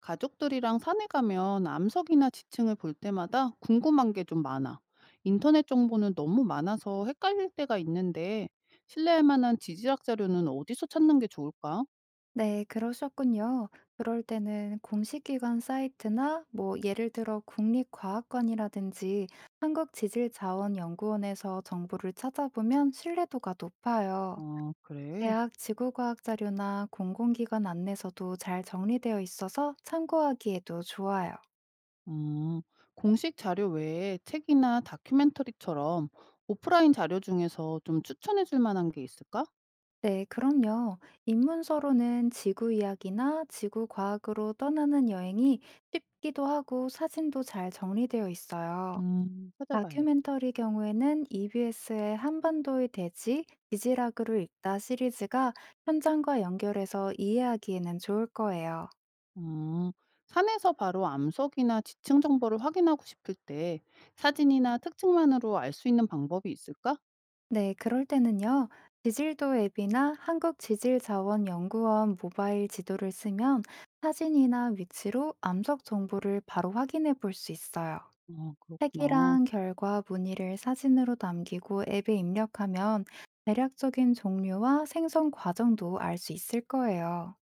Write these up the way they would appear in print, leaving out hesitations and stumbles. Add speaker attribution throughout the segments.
Speaker 1: 가족들이랑 산에 가면 암석이나 지층을 볼 때마다 궁금한 게 좀 많아. 인터넷 정보는 너무 많아서 헷갈릴 때가 있는데 신뢰할 만한 지질학 자료는 어디서 찾는 게 좋을까?
Speaker 2: 네, 그러셨군요. 그럴 때는 공식기관 사이트나 뭐 예를 들어 국립과학관이라든지 한국지질자원연구원에서 정보를 찾아보면 신뢰도가 높아요.
Speaker 1: 어, 그래.
Speaker 2: 대학 지구과학 자료나 공공기관 안내서도 잘 정리되어 있어서 참고하기에도 좋아요.
Speaker 1: 음, 공식 자료 외에 책이나 다큐멘터리처럼 오프라인 자료 중에서 좀 추천해 줄 만한 게 있을까?
Speaker 2: 네, 그럼요. 입문서로는 지구 이야기나 지구 과학으로 떠나는 여행이 쉽기도 하고 사진도 잘 정리되어 있어요.
Speaker 1: 찾아봐야겠다.
Speaker 2: 다큐멘터리 경우에는 EBS의 한반도의 대지, 지지락으로 읽다 시리즈가 현장과 연결해서 이해하기에는 좋을 거예요.
Speaker 1: 음, 산에서 바로 암석이나 지층 정보를 확인하고 싶을 때 사진이나 특징만으로 알 수 있는 방법이 있을까?
Speaker 2: 네, 그럴 때는요. 지질도 앱이나 한국지질자원연구원 모바일 지도를 쓰면 사진이나 위치로 암석 정보를 바로 확인해 볼 수 있어요.
Speaker 1: 아, 그렇구나.
Speaker 2: 색이랑 결과 문의를 사진으로 남기고 앱에 입력하면 대략적인 종류와 생성 과정도 알 수 있을 거예요.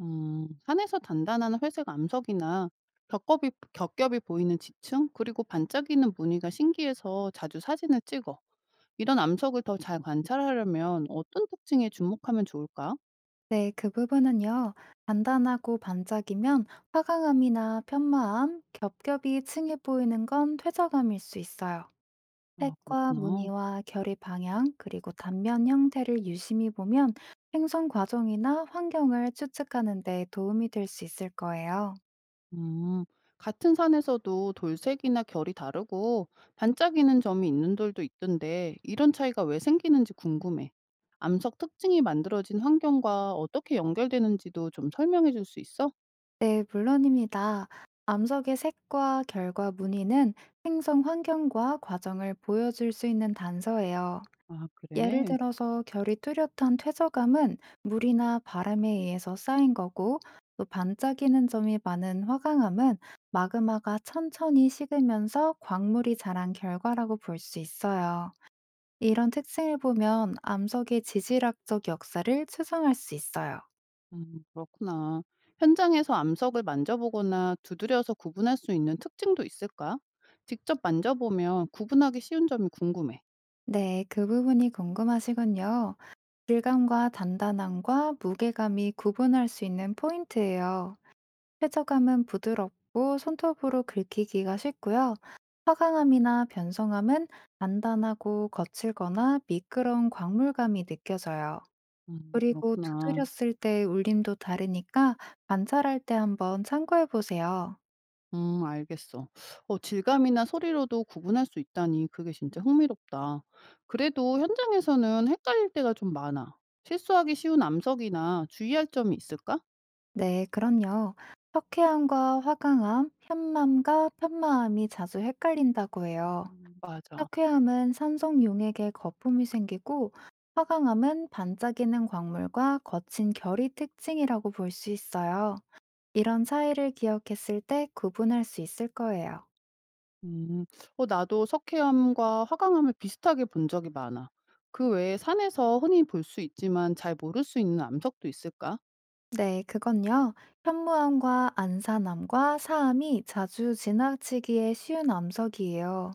Speaker 1: 산에서 단단한 회색 암석이나 겹겹이 보이는 지층, 그리고 반짝이는 무늬가 신기해서 자주 사진을 찍어. 이런 암석을 더 잘 관찰하려면 어떤 특징에 주목하면 좋을까?
Speaker 2: 네, 그 부분은요. 단단하고 반짝이면 화강암이나 편마암, 겹겹이 층이 보이는 건 퇴적암일 수 있어요.
Speaker 1: 아,
Speaker 2: 색과
Speaker 1: 그렇구나.
Speaker 2: 무늬와 결의 방향, 그리고 단면 형태를 유심히 보면 생성 과정이나 환경을 추측하는 데 도움이 될 수 있을 거예요.
Speaker 1: 음, 같은 산에서도 돌색이나 결이 다르고 반짝이는 점이 있는 돌도 있던데 이런 차이가 왜 생기는지 궁금해. 암석 특징이 만들어진 환경과 어떻게 연결되는지도 좀 설명해 줄 수 있어?
Speaker 2: 네, 물론입니다. 암석의 색과 결과 무늬는 생성 환경과 과정을 보여줄 수 있는 단서예요.
Speaker 1: 아,
Speaker 2: 예를
Speaker 1: 그래.
Speaker 2: 들어서 결이 뚜렷한 퇴적감은 물이나 바람에 의해서 쌓인 거고, 또 반짝이는 점이 많은 화강암은 마그마가 천천히 식으면서 광물이 자란 결과라고 볼 수 있어요. 이런 특징을 보면 암석의 지질학적 역사를 추정할 수 있어요.
Speaker 1: 그렇구나. 현장에서 암석을 만져보거나 두드려서 구분할 수 있는 특징도 있을까? 직접 만져보면 구분하기 쉬운 점이 궁금해.
Speaker 2: 네, 그 부분이 궁금하시군요. 질감과 단단함과 무게감이 구분할 수 있는 포인트예요. 퇴적함은 부드럽고 손톱으로 긁히기가 쉽고요. 화강암이나 변성암은 단단하고 거칠거나 미끄러운 광물감이 느껴져요. 그리고
Speaker 1: 그렇구나.
Speaker 2: 두드렸을 때의 울림도 다르니까 관찰할 때 한번 참고해 보세요.
Speaker 1: 알겠어. 어, 질감이나 소리로도 구분할 수 있다니 그게 진짜 흥미롭다. 그래도 현장에서는 헷갈릴 때가 좀 많아. 실수하기 쉬운 암석이나 주의할 점이 있을까?
Speaker 2: 네, 그럼요. 석회암과 화강암, 현맘과 편마암이 자주 헷갈린다고 해요.
Speaker 1: 맞아.
Speaker 2: 석회암은 산성용액에 거품이 생기고 화강암은 반짝이는 광물과 거친 결이 특징이라고 볼 수 있어요. 이런 차이를 기억했을 때 구분할 수 있을 거예요.
Speaker 1: 음. 어, 나도 석회암과 화강암을 비슷하게 본 적이 많아. 그 외에 산에서 흔히 볼 수 있지만 잘 모를 수 있는 암석도 있을까?
Speaker 2: 네, 그건요. 현무암과 안산암과 사암이 자주 지나치기에 쉬운 암석이에요.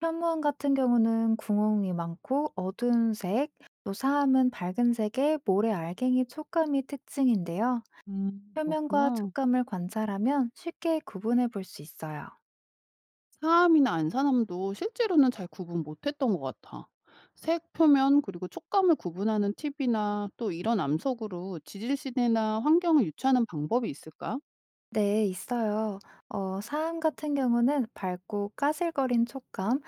Speaker 2: 현무암 같은 경우는 구멍이 많고 어두운 색, 또 사암은 밝은 색의 모래 알갱이 촉감이 특징인데요. 표면과
Speaker 1: 그렇구나.
Speaker 2: 촉감을 관찰하면 쉽게 구분해 볼 수 있어요.
Speaker 1: 사암이나 안산암도 실제로는 잘 구분 못했던 것 같아. 색, 표면, 그리고 촉감을 구분하는 팁이나 또 이런 암석으로 지질신이나 환경을 유추하는 방법이 있을까?
Speaker 2: 네, 있어요. 사암 같은 경우는 밝고 까슬거린 촉감,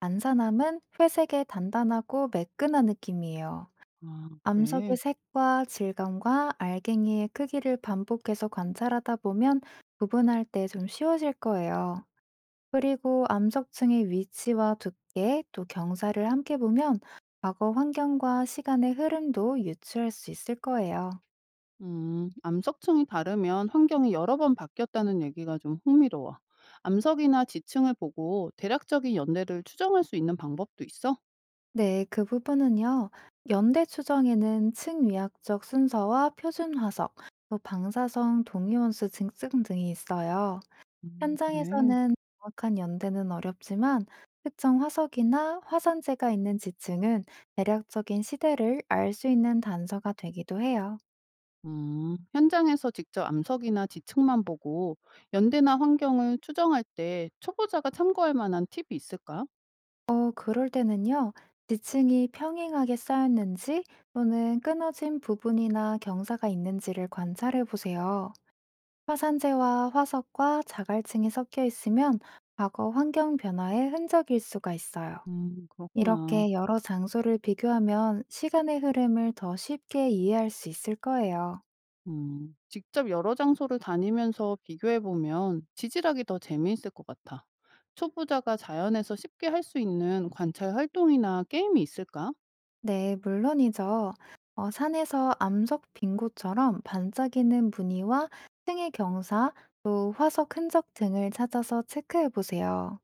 Speaker 2: 안산암은 회색의 단단하고 매끈한 느낌이에요.
Speaker 1: 아,
Speaker 2: 암석의
Speaker 1: 그래.
Speaker 2: 색과 질감과 알갱이의 크기를 반복해서 관찰하다 보면 구분할 때 좀 쉬워질 거예요. 그리고 암석층의 위치와 두께, 또 경사를 함께 보면 과거 환경과 시간의 흐름도 유추할 수 있을 거예요.
Speaker 1: 암석층이 다르면 환경이 여러 번 바뀌었다는 얘기가 좀 흥미로워. 암석이나 지층을 보고 대략적인 연대를 추정할 수 있는 방법도 있어?
Speaker 2: 네, 그 부분은요. 연대 추정에는 층위학적 순서와 표준 화석, 또 방사성 동위원수 증증 등이 있어요.
Speaker 1: 그래.
Speaker 2: 현장에서는 정확한 연대는 어렵지만 특정 화석이나 화산재가 있는 지층은 대략적인 시대를 알 수 있는 단서가 되기도 해요.
Speaker 1: 현장에서 직접 암석이나 지층만 보고 연대나 환경을 추정할 때 초보자가 참고할 만한 팁이 있을까?
Speaker 2: 그럴 때는요. 지층이 평행하게 쌓였는지 또는 끊어진 부분이나 경사가 있는지를 관찰해 보세요. 화산재와 화석과 자갈층이 섞여 있으면 과거 환경 변화의 흔적일 수가 있어요.
Speaker 1: 그렇구나.
Speaker 2: 이렇게 여러 장소를 비교하면 시간의 흐름을 더 쉽게 이해할 수 있을 거예요.
Speaker 1: 직접 여러 장소를 다니면서 비교해 보면 지질학이 더 재미있을 것 같아. 초보자가 자연에서 쉽게 할 수 있는 관찰 활동이나 게임이 있을까?
Speaker 2: 네, 물론이죠. 산에서 암석 빙고처럼 반짝이는 무늬와 층의 경사, 또 화석 흔적 등을 찾아서 체크해 보세요.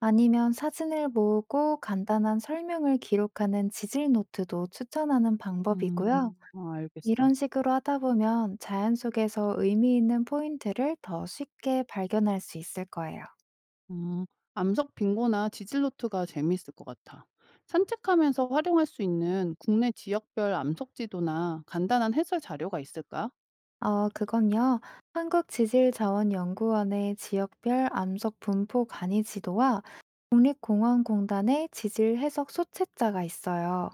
Speaker 2: 아니면 사진을 모으고 간단한 설명을 기록하는 지질 노트도 추천하는 방법이고요.
Speaker 1: 음, 아, 알겠어.
Speaker 2: 이런 식으로 하다 보면 자연 속에서 의미 있는 포인트를 더 쉽게 발견할 수 있을 거예요.
Speaker 1: 음, 암석 빙고나 지질노트가 재미있을 것 같아. 산책하면서 활용할 수 있는 국내 지역별 암석 지도나 간단한 해설 자료가 있을까?
Speaker 2: 그건요. 한국지질자원연구원의 지역별 암석 분포 간이 지도와 국립공원공단의 지질 해석 소책자가 있어요.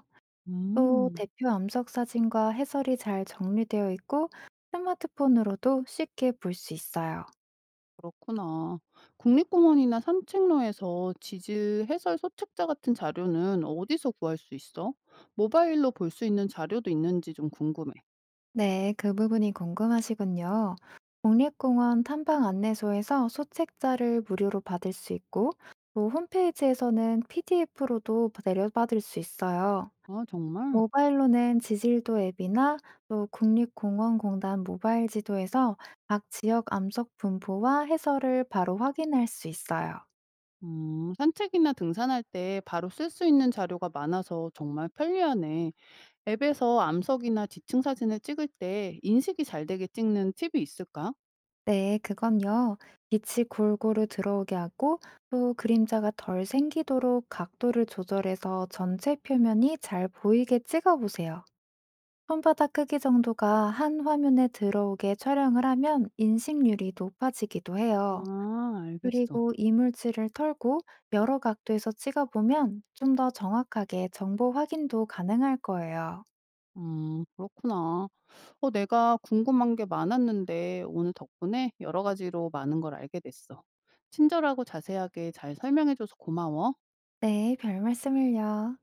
Speaker 2: 또
Speaker 1: 음,
Speaker 2: 대표 암석 사진과 해설이 잘 정리되어 있고 스마트폰으로도 쉽게 볼 수 있어요.
Speaker 1: 그렇구나. 국립공원이나 산책로에서 지질 해설 소책자 같은 자료는 어디서 구할 수 있어? 모바일로 볼 수 있는 자료도 있는지 좀 궁금해.
Speaker 2: 네, 그 부분이 궁금하시군요. 국립공원 탐방 안내소에서 소책자를 무료로 받을 수 있고, 또 홈페이지에서는 PDF로도 내려받을 수 있어요.
Speaker 1: 아, 정말?
Speaker 2: 모바일로는 지질도 앱이나 또 국립공원공단 모바일 지도에서 각 지역 암석 분포와 해설을 바로 확인할 수 있어요.
Speaker 1: 산책이나 등산할 때 바로 쓸 수 있는 자료가 많아서 정말 편리하네. 앱에서 암석이나 지층 사진을 찍을 때 인식이 잘 되게 찍는 팁이 있을까?
Speaker 2: 네, 그건요. 빛이 골고루 들어오게 하고 또 그림자가 덜 생기도록 각도를 조절해서 전체 표면이 잘 보이게 찍어 보세요. 손바닥 크기 정도가 한 화면에 들어오게 촬영을 하면 인식률이 높아지기도 해요.
Speaker 1: 아, 알겠어.
Speaker 2: 그리고 이물질을 털고 여러 각도에서 찍어 보면 좀 더 정확하게 정보 확인도 가능할 거예요.
Speaker 1: 그렇구나. 어, 내가 궁금한 게 많았는데 오늘 덕분에 여러 가지로 많은 걸 알게 됐어. 친절하고 자세하게 잘 설명해줘서 고마워.
Speaker 2: 네, 별 말씀을요.